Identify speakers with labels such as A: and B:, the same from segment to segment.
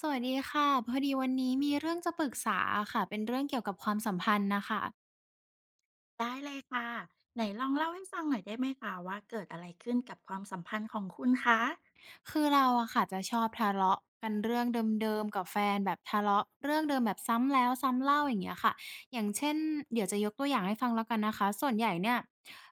A: สวัสดีค่ะพอดีวันนี้มีเรื่องจะปรึกษาอะค่ะเป็นเรื่องเกี่ยวกับความสัมพันธ์น่ะค่ะ
B: ได้เลยค่ะไหนลองเล่าให้ฟังหน่อยได้ไหมคะว่าเกิดอะไรขึ้นกับความสัมพันธ์ของคุณคะ
A: คือเราอะค่ะจะชอบทะเลาะกันเรื่องเดิมๆกับแฟนแบบทะเลาะเรื่องเดิมแบบซ้ำแล้วซ้ำเล่าอย่างเงี้ยค่ะอย่างเช่นเดี๋ยวจะยกตัวอย่างให้ฟังแล้วกันนะคะส่วนใหญ่เนี่ย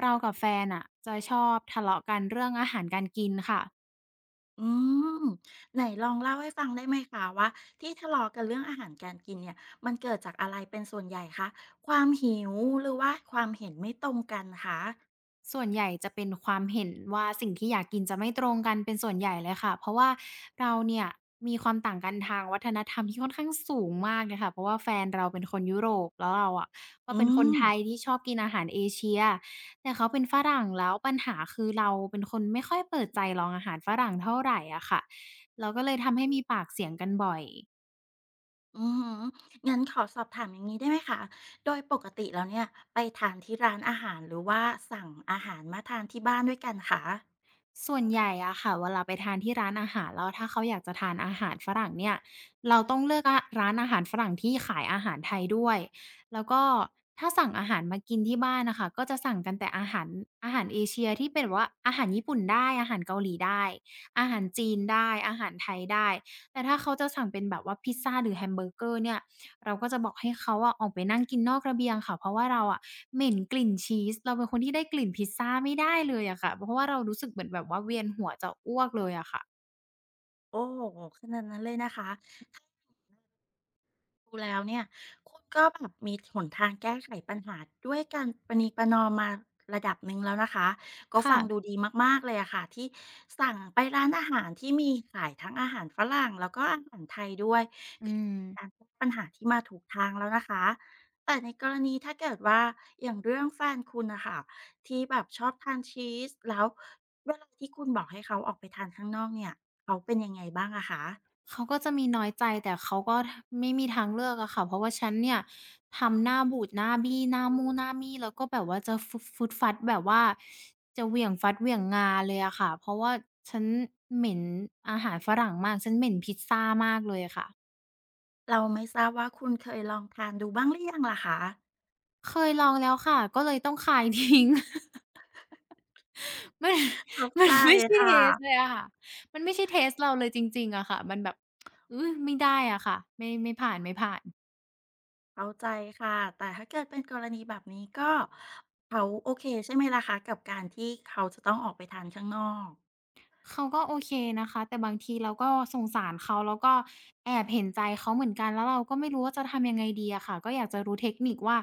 A: เรากับแฟนน่ะจะชอบทะเลาะกันเรื่องอาหารการกินค่ะ
B: อืม ไหนลองเล่าให้ฟังได้ไหมคะว่าที่ทะเลาะกันเรื่องอาหารการกินเนี่ยมันเกิดจากอะไรเป็นส่วนใหญ่คะความหิวหรือว่าความเห็นไม่ตรงกันคะ
A: ส่วนใหญ่จะเป็นความเห็นว่าสิ่งที่อยากกินจะไม่ตรงกันเป็นส่วนใหญ่เลยค่ะเพราะว่าเราเนี่ยมีความต่างกันทางวัฒนธรรมที่ค่อนข้างสูงมากเลยค่ะเพราะว่าแฟนเราเป็นคนยุโรปแล้วเราอะก็
B: อื
A: เป็นคน
B: ม
A: ไทยที่ชอบกินอาหารเอเชียแต่เขาเป็นฝรั่งแล้วปัญหาคือเราเป็นคนไม่ค่อยเปิดใจลองอาหารฝรั่งเท่าไรอะค่ะเราก็เลยทำให้มีปากเสียงกันบ่อย
B: อือฮึงั้นขอสอบถามอย่างงี้ได้ไหมคะโดยปกติแล้วเนี่ยไปทานที่ร้านอาหารหรือว่าสั่งอาหารมาทานที่บ้านด้วยกันคะ
A: ส่วนใหญ่อะค่ะเวลาไปทานที่ร้านอาหารแล้วถ้าเขาอยากจะทานอาหารฝรั่งเนี่ยเราต้องเลือกอะร้านอาหารฝรั่งที่ขายอาหารไทยด้วยแล้วก็ถ้าสั่งอาหารมากินที่บ้านน่ะค่ะก็จะสั่งกันแต่อาหารเอเชียที่เป็นแบบว่าอาหารญี่ปุ่นได้อาหารเกาหลีได้อาหารจีนได้อาหารไทยได้แต่ถ้าเขาจะสั่งเป็นแบบว่าพิซซาหรือแฮมเบอร์เกอร์เนี่ย เราก็จะบอกให้เขาอะออกไปนั่งกินนอกระเบียงค่ะเพราะว่าเราอะเหม็นกลิ่นชีสเราเป็นคนที่ได้กลิ่นพิซซาไม่ได้เลยอะค่ะเพราะว่าเรารู้สึกเหมือนแบบว่าเวียนหัวจะอ้วกเลยอะค่ะ
B: โอ้โฮขนาดนั้นเลยนะคะ ดูแล้วเนี่ยคุณก็แบบมีหนทางแก้ไขปัญหาด้วยการประนีประนอมมาระดับหนึ่งแล้วนะคะก็ฟังดู
A: ค่ะ
B: ดีมากๆเลยอะค่ะที่สั่งไปร้านอาหารที่มีขายทั้งอาหารฝรั่งแล้วก็อาหารไทยด้วย
A: อื
B: ก็ดู
A: ม
B: เป็นการแก้ปัญหาที่มาถูกทางแล้วนะคะแต่ในกรณีถ้าเกิดว่าอย่างเรื่องแฟนคุณน่ะค่ะที่แบบชอบทานชีสแล้วเวลาที่คุณบอกให้เขาออกไปทานข้างนอกเนี่ยเขาเป็นยังไงบ้างอะคะ
A: เขาก็จะมีน้อยใจแต่เขาก็ไม่มีทางเลือกอะค่ะเพราะว่าฉันเนี่ยทำหน้าบูดหน้าบี้หน้ามู่หน้ามี่แล้วก็แบบว่าจะฟุดฟดฟัดแบบว่าจะเหวี่ยงฟัดเหวี่ยงงาเลยอะค่ะเพราะว่าฉันเหม็นอาหารฝรั่งมากฉันเหม็นพิซซามากเลยอะค่ะ
B: เราไม่ทราบว่าคุณเคยลองทานดูบ้างหรือยังล่ะคะ
A: เคยลองแล้วค่ะก็เลยต้องคายทิ้ง มัน
B: เข้าใจ
A: ไม่ใช่
B: ค่
A: เทสต์เลย
B: ะ
A: อะค่ะมันไม่ใช่เทสต์เราเลยจริงๆอะค่ะมันแบบอือไม่ได้อะค่ะไม่ผ่านไม่ผ่าน
B: เข้าใจค่ะ แต่ถ้าเกิดเป็นกรณีแบบนี้ก็เขาโอเคใช่ไหมล่ะคะกับการที่เขาจะต้องออกไปทานข้างนอก
A: เขาก็โอเคนะคะแต่บางทีเราก็สงสารเขาแล้วก็แอบเห็นใจเขาเหมือนกันแล้วเราก็ไม่รู้ว่าจะทำยังไงดีอะค่ะก็อยากจะรู้เทคนิคว่า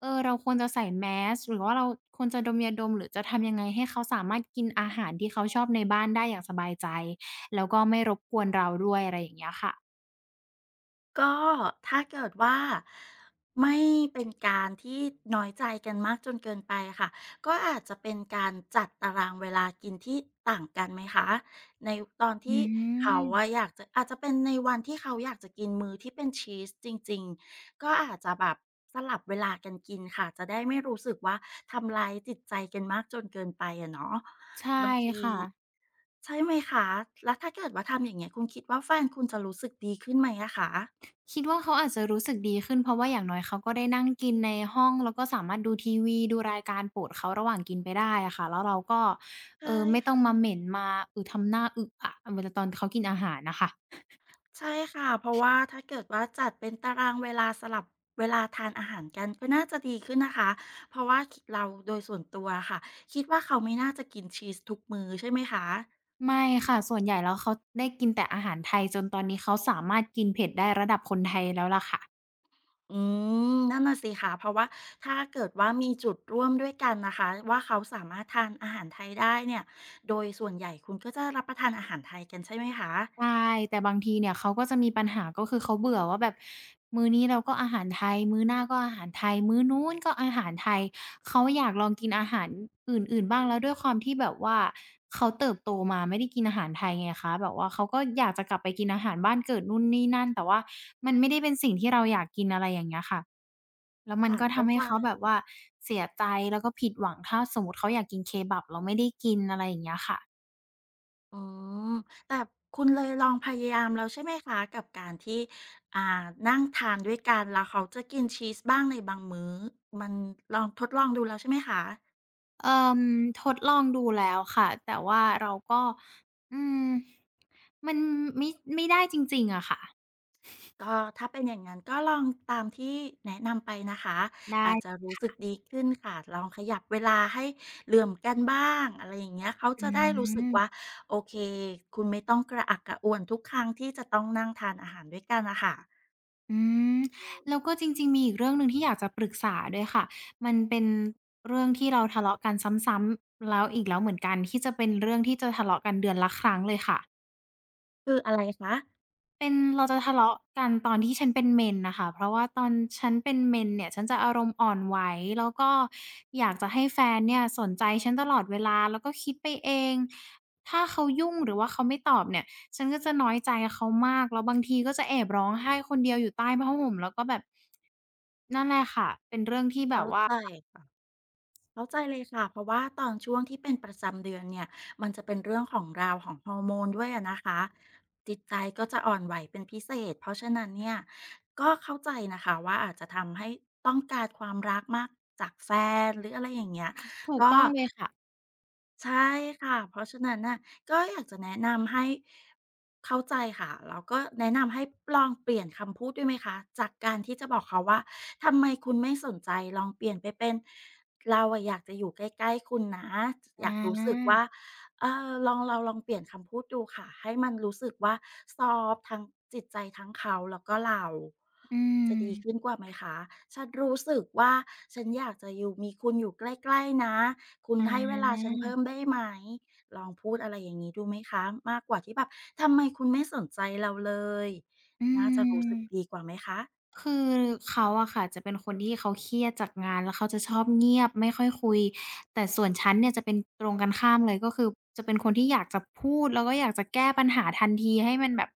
A: เราควรจะใส่แมสก์หรือว่าเราควรจะดมยาดมหรือจะทำยังไงให้เขาสามารถกินอาหารที่เขาชอบในบ้านได้อย่างสบายใจแล้วก็ไม่รบกวนเราด้วยอะไรอย่างเงี้ยค่ะ
B: ก็ถ้าเกิดว่าไม่เป็นการที่น้อยใจกันมากจนเกินไปค่ะก็อาจจะเป็นการจัดตารางเวลากินที่ต่างกันไหมคะในตอน
A: อื
B: ที่เขาอะ
A: ม
B: อยากจะอาจจะเป็นในวันที่เขาอยากจะกินมื้อที่เป็นชีสจริงๆก็อาจจะแบบสลับเวลากันกินค่ะจะได้ไม่รู้สึกว่าทำลายจิตใจกันมากจนเกินไปอะเนาะ
A: ใช่
B: บางที
A: ค่ะ
B: ใช่ไหมคะแล้วถ้าเกิดว่าทำอย่างเงี้ยคุณคิดว่าแฟนคุณจะรู้สึกดีขึ้นไหมอะคะ
A: คิดว่าเขาอาจจะรู้สึกดีขึ้นเพราะว่าอย่างน้อยเขาก็ได้นั่งกินในห้องแล้วก็สามารถดูทีวีดูรายการโปรดเขาระหว่างกินไปได้อะค่ะแล้วเราก็
B: ใช่
A: ไม่ต้อ
B: ค่ะ
A: งมาเหม็นมาทำหน้าอึอะเวลาตอนเขากินอาหารน่ะค่ะ
B: ใช่ค่ะเพราะว่าถ้าเกิดว่าจัดเป็นตารางเวลาสลับเวลาทานอาหารกันก็น่าจะดีขึ้นนะคะเพราะว่าเราโดยส่วนตัวค่ะคิดว่าเขาไม่น่าจะกินชีสทุกมื้อใช่ไหมคะ
A: ไม่ค่ะส่วนใหญ่แล้วเขาได้กินแต่อาหารไทยจนตอนนี้เขาสามารถกินเผ็ดได้ระดับคนไทยแล้วล่ะค่ะ
B: อืมนั่นน่ะสิค่ะเพราะว่าถ้าเกิดว่ามีจุดร่วมด้วยกันนะคะว่าเขาสามารถทานอาหารไทยได้เนี่ยโดยส่วนใหญ่คุณก็จะรับประทานอาหารไทยกันใช่ไหมคะ
A: ใช่แต่บางทีเนี่ยเขาก็จะมีปัญหาก็คือเขาเบื่อว่าแบบมื้อนี้เราก็อาหารไทยมื้อหน้าก็อาหารไทยมื้อนู้นก็อาหารไทยเขาอยากลองกินอาหารอื่นๆบ้างแล้วด้วยความที่แบบว่าเขาเติบโตมาไม่ได้กินอาหารไทยไงคะแบบว่าเขาก็อยากจะกลับไปกินอาหารบ้านเกิดนู่นนี่นั่นแต่ว่ามันไม่ได้เป็นสิ่งที่เราอยากกินอะไรอย่างเงี้ยค่ะแล้วมัน
B: ค่ะ
A: ก็
B: เข้า
A: ทำให้
B: ใจ
A: เขาแบบว่าเสียใจแล้วก็ผิดหวังถ้าสมมุติเขาอยากกินเคบับเราไม่ได้กินอะไรอย่างเงี้ยค่ะ
B: อ๋อแต่คุณเลยลองพยายามแล้วใช่ไหมคะกับการที่อ่านั่งทานด้วยกันแล้วเขาจะกินชีสบ้างในบางมื้อมันลองทดลองดูแล้วใช่ไหมคะ
A: เอ่อทดลองดูแล้วค่ะแต่ว่าเราก็อืมมันไม่ไม่ได้จริงๆอะค่ะ
B: ก็ถ้าเป็นอย่างงั้นก็ลองตามที่แนะนำไปนะคะ
A: ได้
B: อาจจะรู้สึกดีขึ้นค่ะลองขยับเวลาให้เหลื่อมกันบ้างอะไรอย่างเงี้ยเขา
A: อื
B: จะได้รู้สึกว่า
A: ม
B: โอเคคุณไม่ต้องกระอักกระอ่วนทุกครั้งที่จะต้องนั่งทานอาหารด้วยกันน่ะค่ะ
A: อืมแล้วก็จริงๆมีอีกเรื่องหนึ่งที่อยากจะปรึกษาด้วยค่ะมันเป็นเรื่องที่เราทะเลาะกันซ้ำๆแล้วอีกแล้วเหมือนกันที่จะเป็นเรื่องที่จะทะเลาะกันเดือนละครั้งเลยค่ะ
B: คืออะไรคะ
A: เป็นเราจะทะเลาะกันตอนที่ฉันเป็นเมนน่ะค่ะเพราะว่าตอนฉันเป็นเมนเนี่ยฉันจะอารมณ์อ่อนไหวแล้วก็อยากจะให้แฟนเนี่ยสนใจฉันตลอดเวลาแล้วก็คิดไปเองถ้าเขายุ่งหรือว่าเขาไม่ตอบเนี่ยฉันก็จะน้อยใจเขามากแล้วบางทีก็จะแอบร้องไห้คนเดียวอยู่ใต้ผ้าห่มแล้วก็แบบนั่นแหละค่ะเป็นเรื่องที่แบ
B: เข้า
A: บว่า
B: ใจ เข้าใจเลยค่ะเพราะว่าตอนช่วงที่เป็นประจำเดือนเนี่ยมันจะเป็นเรื่องของราวของฮอร์โมนด้วยอะนะคะจิตใจก็จะอ่อนไหวเป็นพิเศษเพราะฉะนั้นเนี่ยก็เข้าใจนะคะว่าอาจจะทำให้ต้องการความรักมากจากแฟนหรืออะไรอย่างเงี้ย
A: ถูก
B: ก็
A: ต้องเลยค่ะ
B: ใช่ค่ะเพราะฉะนั้นน่ะก็อยากจะแนะนำให้เข้าใจค่ะแล้วก็แนะนำให้ลองเปลี่ยนคำพูดด้วยไหมคะจากการที่จะบอกเขาว่าทำไมคุณไม่สนใจลองเปลี่ยนไปเป็นเราอะอยากจะอยู่ใกล้ๆคุณนะอ
A: อ
B: ยากรู้สึก
A: า
B: ว่าเออลองเราลองเปลี่ยนคำพูดดูค่ะให้มันรู้สึกว่าซอฟต์ทั้งจิตใจทั้งเขาแล้วก็เรา
A: อื
B: จะ
A: ม
B: ดีขึ้นกว่าไหมคะฉันรู้สึกว่าฉันอยากจะอยู่มีคุณอยู่ใกล้ๆนะ คุณ
A: อ
B: ให้เวลา
A: า
B: ฉันเพิ่มได้ไหมลองพูดอะไรอย่างนี้ดูไหมคะมากกว่าที่แบบทำไมคุณไม่สนใจเราเลย
A: อื
B: น่าจะรู้
A: ม
B: สึกดีกว่าไหมคะ
A: คือเขาอะค่ะจะเป็นคนที่เขาเครียดจากงานแล้วเขาจะชอบเงียบไม่ค่อยคุยแต่ส่วนฉันเนี่ยจะเป็นตรงกันข้ามเลยก็คือจะเป็นคนที่อยากจะพูดแล้วก็อยากจะแก้ปัญหาทันทีให้มันแบบ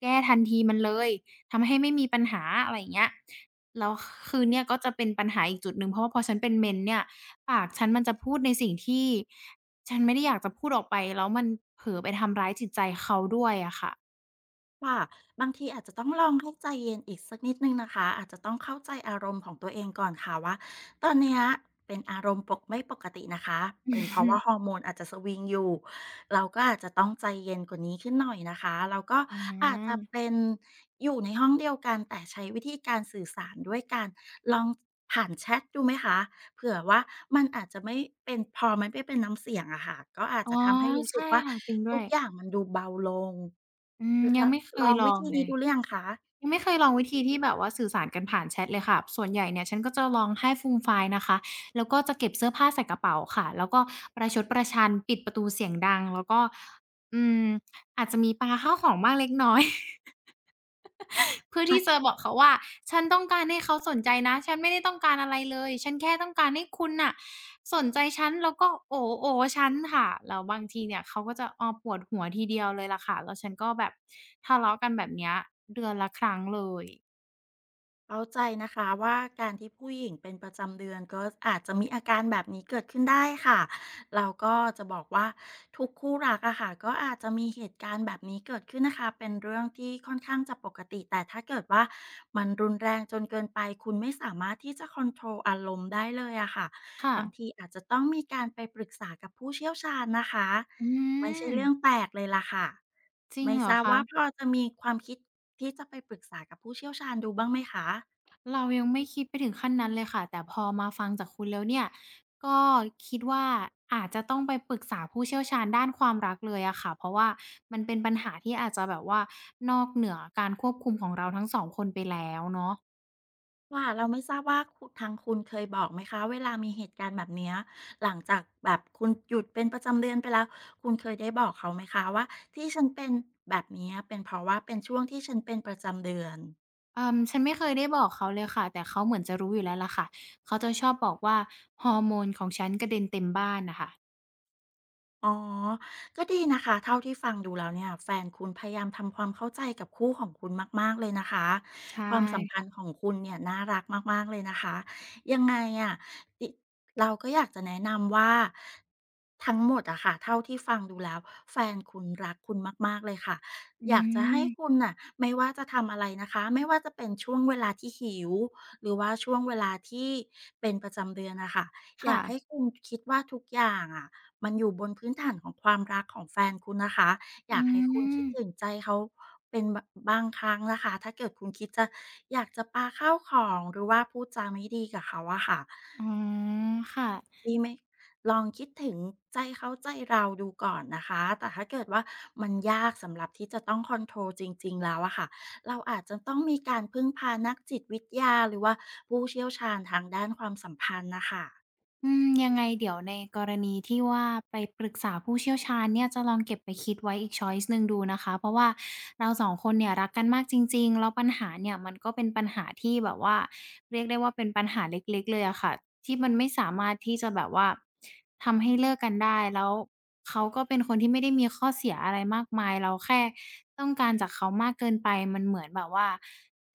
A: แก้ทันทีมันเลยทำให้ไม่มีปัญหาอะไรอย่างเงี้ยแล้วคือเนี่ยก็จะเป็นปัญหาอีกจุดหนึ่งเพราะว่าพอฉันเป็น men เนี่ยปากฉันมันจะพูดในสิ่งที่ฉันไม่ได้อยากจะพูดออกไปแล้วมันเผลอไปทำร้ายจิตใจเขาด้วยอะค่ะ
B: ค่ะบางทีอาจจะต้องลองให้ใจเย็นอีกสักนิดนึงนะคะอาจจะต้องเข้าใจอารมณ์ของตัวเองก่อนค่ะว่าตอนเนี้ยเป็นอารมณ์ปกไม่ปกตินะคะ
A: อื
B: เป็นเพราะ
A: ม
B: ว่าฮอร์โมนอาจจะสวิงอยู่เราก็อาจจะต้องใจเย็นกว่านี้ขึ้นหน่อยนะคะเราก็
A: อ
B: อาจจะ
A: า
B: เป็นอยู่ในห้องเดียวกันแต่ใช้วิธีการสื่อสารด้วยการลองผ่านแชทดูไหมคะ เผื่อว่ามันอาจจะไม่เป็นพอมันไม่เป็นน้ำเสียงอะค่ะก็อาจ
A: อ๋อ
B: จะทำให้รู้สึ
A: ใช่
B: กว่า
A: ค่ะจริงด้ว
B: ทุก
A: ย
B: อย่างมันดูเบาลง
A: อืมยั
B: ล
A: งไม่เค
B: ล
A: ย
B: อง
A: ล
B: วิ
A: อง
B: ธี
A: เล
B: นี้
A: ย
B: ดูหรือยังคะ
A: ยังไม่เคยลองวิธีที่แบบว่าสื่อสารกันผ่านแชตเลยค่ะส่วนใหญ่เนี่ยฉันก็จะลองให้ฟูมไฟายนะคะแล้วก็จะเก็บเสื้อผ้าใส่กระเป๋าค่ะแล้วก็ประชดประชันปิดประตูเสียงดังแล้วก็อืมอาจจะมีปาข้าวของบ้างเล็กน้อย เพื่อที่จะ
B: อา
A: บอกเขาว่าฉันต้องการให้เขาสนใจนะฉันไม่ได้ต้องการอะไรเลยฉันแค่ต้องการให้คุณน่ะสนใจฉันแล้วก็โอ๋โอ๋ฉันค่ะแล้วบางทีเนี่ยเขาก็จะอ้อปวดหัวทีเดียวเลยล่ะค่ะแล้วฉันก็แบบทะเลาะกันแบบเนี้ยเดือนละครั้งเลย
B: เข้าใจนะคะว่าการที่ผู้หญิงเป็นประจำเดือนก็อาจจะมีอาการแบบนี้เกิดขึ้นได้ค่ะเราก็จะบอกว่าทุกคู่รักอะค่ะก็อาจจะมีเหตุการณ์แบบนี้เกิดขึ้นนะคะเป็นเรื่องที่ค่อนข้างจะปกติแต่ถ้าเกิดว่ามันรุนแรงจนเกินไปคุณไม่สามารถที่จะคอนโทรลอารมณ์ได้เลยอะค่ะ
A: ค่ะ
B: บางทีอาจจะต้องมีการไปปรึกษากับผู้เชี่ยวชาญนะคะ
A: อื
B: ไม่ใช่
A: ม
B: เรื่องแปลกเลยล่ะค่ะ
A: จริง
B: ไม่
A: เหร
B: ท
A: อ
B: ราบ
A: คะ
B: ว่าพอจะมีความคิดที่จะไปปรึกษากับผู้เชี่ยวชาญดูบ้างไหมคะ
A: เรายังไม่คิดไปถึงขั้นนั้นเลยค่ะแต่พอมาฟังจากคุณแล้วเนี่ยก็คิดว่าอาจจะต้องไปปรึกษาผู้เชี่ยวชาญด้านความรักเลยอะค่ะเพราะว่ามันเป็นปัญหาที่อาจจะแบบว่านอกเหนือการควบคุมของเราทั้งสองคนไปแล้วเนาะ
B: ค่ะเราไม่ทราบว่าทางคุณเคยบอกไหมคะเวลามีเหตุการณ์แบบเนี้ยหลังจากแบบคุณหยุดเป็นประจำเดือนไปแล้วคุณเคยได้บอกเขาไหมคะว่าที่ฉันเป็นแบบเนี้ยเป็นเพราะว่าเป็นช่วงที่ฉันเป็นประจำเดือน
A: ฉันไม่เคยได้บอกเขาเลยค่ะแต่เขาเหมือนจะรู้อยู่แล้วล่ะค่ะเขาจะชอบบอกว่าฮอร์โมนของฉันกระเด็นเต็มบ้านน่ะค่ะ
B: อ๋อก็ดีนะคะเท่าที่ฟังดูแล้วเนี่ยแฟนคุณพยายามทำความเข้าใจกับคู่ของคุณมากๆเลยนะคะ
A: ใช่
B: ความสัมพันธ์ขอ
A: ค่ะ
B: งคุณเนี่ยน่ารักมากๆเลยนะคะ ยังไงอะติเราก็อยากจะแนะนำว่าทั้งหมดอะค่ะเท่าที่ฟังดูแล้วแฟนคุณรักคุณมากๆเลยค่ะ
A: อื
B: อยากจะให้คุ
A: ม
B: ณน่ะไม่ว่าจะทำอะไรนะคะ ไม่ว่าจะเป็นช่วงเวลาที่หิวหรือว่าช่วงเวลาที่เป็นประจำเดือนอะค่ะอยา
A: ค่ะ
B: กให้คุณคิดว่าทุกอย่างอะ มันอยู่บนพื้นฐานของความรักของแฟนคุณนะคะอยา
A: อื
B: กให้คุณคิ
A: ม
B: ดถึงใจเขาเป็นบะบางครั้งนะคะถ้าเกิดคุณคิดจะอยากจะปาข้าวของหรือว่าพูดจาไม่ดีกับเขาอะค่ะ
A: อ๋อค่ะ
B: ดีไหมลองคิดถึงใจเขาใจเราดูก่อนนะคะแต่ถ้าเกิดว่ามันยากสำหรับที่จะต้องคอนโทรลจริงๆแล้วอะค่ะเราอาจจะต้องมีการพึ่งพานักจิตวิทยาหรือว่าผู้เชี่ยวชาญทางด้านความสัมพันธ์น่ะค่ะ
A: อืมยังไงเดี๋ยวในกรณีที่ว่าไปปรึกษาผู้เชี่ยวชาญเนี่ยจะลองเก็บไปคิดไว้อีกชอยซ์หนึ่งดูนะคะเพราะว่าเราสองคนเนี่ยรักกันมากจริงๆแล้วปัญหาเนี่ยมันก็เป็นปัญหาที่แบบว่าเรียกได้ว่าเป็นปัญหาเล็กๆเลยอะค่ะที่มันไม่สามารถที่จะแบบว่าทำให้เลิกกันได้แล้วเขาก็เป็นคนที่ไม่ได้มีข้อเสียอะไรมากมายเราแค่ต้องการจากเขามากเกินไปมันเหมือนแบบว่า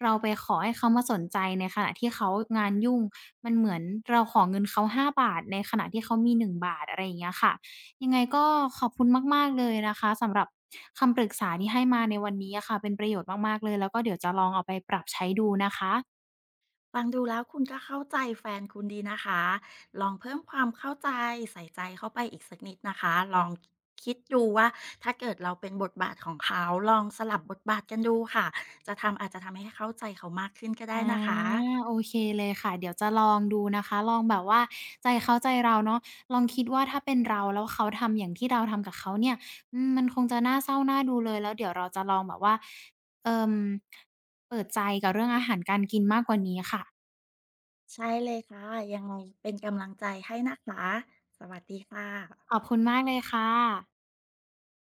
A: เราไปขอให้เขามาสนใจในขณะที่เขางานยุ่ง มันเหมือนเราขอเงินเขา5บาทในขณะที่เขามี1บาทอะไรอย่างเงี้ยค่ะยังไงก็ขอบคุณมากๆเลยนะคะสำหรับคำปรึกษาที่ให้มาในวันนี้อะค่ะเป็นประโยชน์มากๆเลยแล้วก็เดี๋ยวจะลองเอาไปปรับใช้ดูนะคะ
B: ฟังดูแล้วคุณก็เข้าใจแฟนคุณดีนะคะ ลองเพิ่มความเข้าใจใส่ใจเข้าไปอีกสักนิดนะคะลองคิดดูว่าถ้าเกิดเราเป็นบทบาทของเขาลองสลับบทบาทกันดูค่ะจะทำอาจจะทำให้เข้าใจเขามากขึ้นก็ได้
A: อา
B: นะคะ
A: โอเคเลยค่ะเดี๋ยวจะลองดูนะคะลองแบบว่าใจเขาใจเราเนาะลองคิดว่าถ้าเป็นเราแล้วเขาทำอย่างที่เราทำกับเขาเนี่ยอืมมันคงจะน่าเศร้าน่าดูเลยแล้วเดี๋ยวเราจะลองแบบว่าเอ่อเปิดใจกับเรื่องอาหารการกินมากกว่านี้ค่ะ
B: ใช่เลยค่ะยังไงเป็นกำลังใจให้นะคะสวัสดีค่ะ
A: ขอบคุณมากเลยค่ะ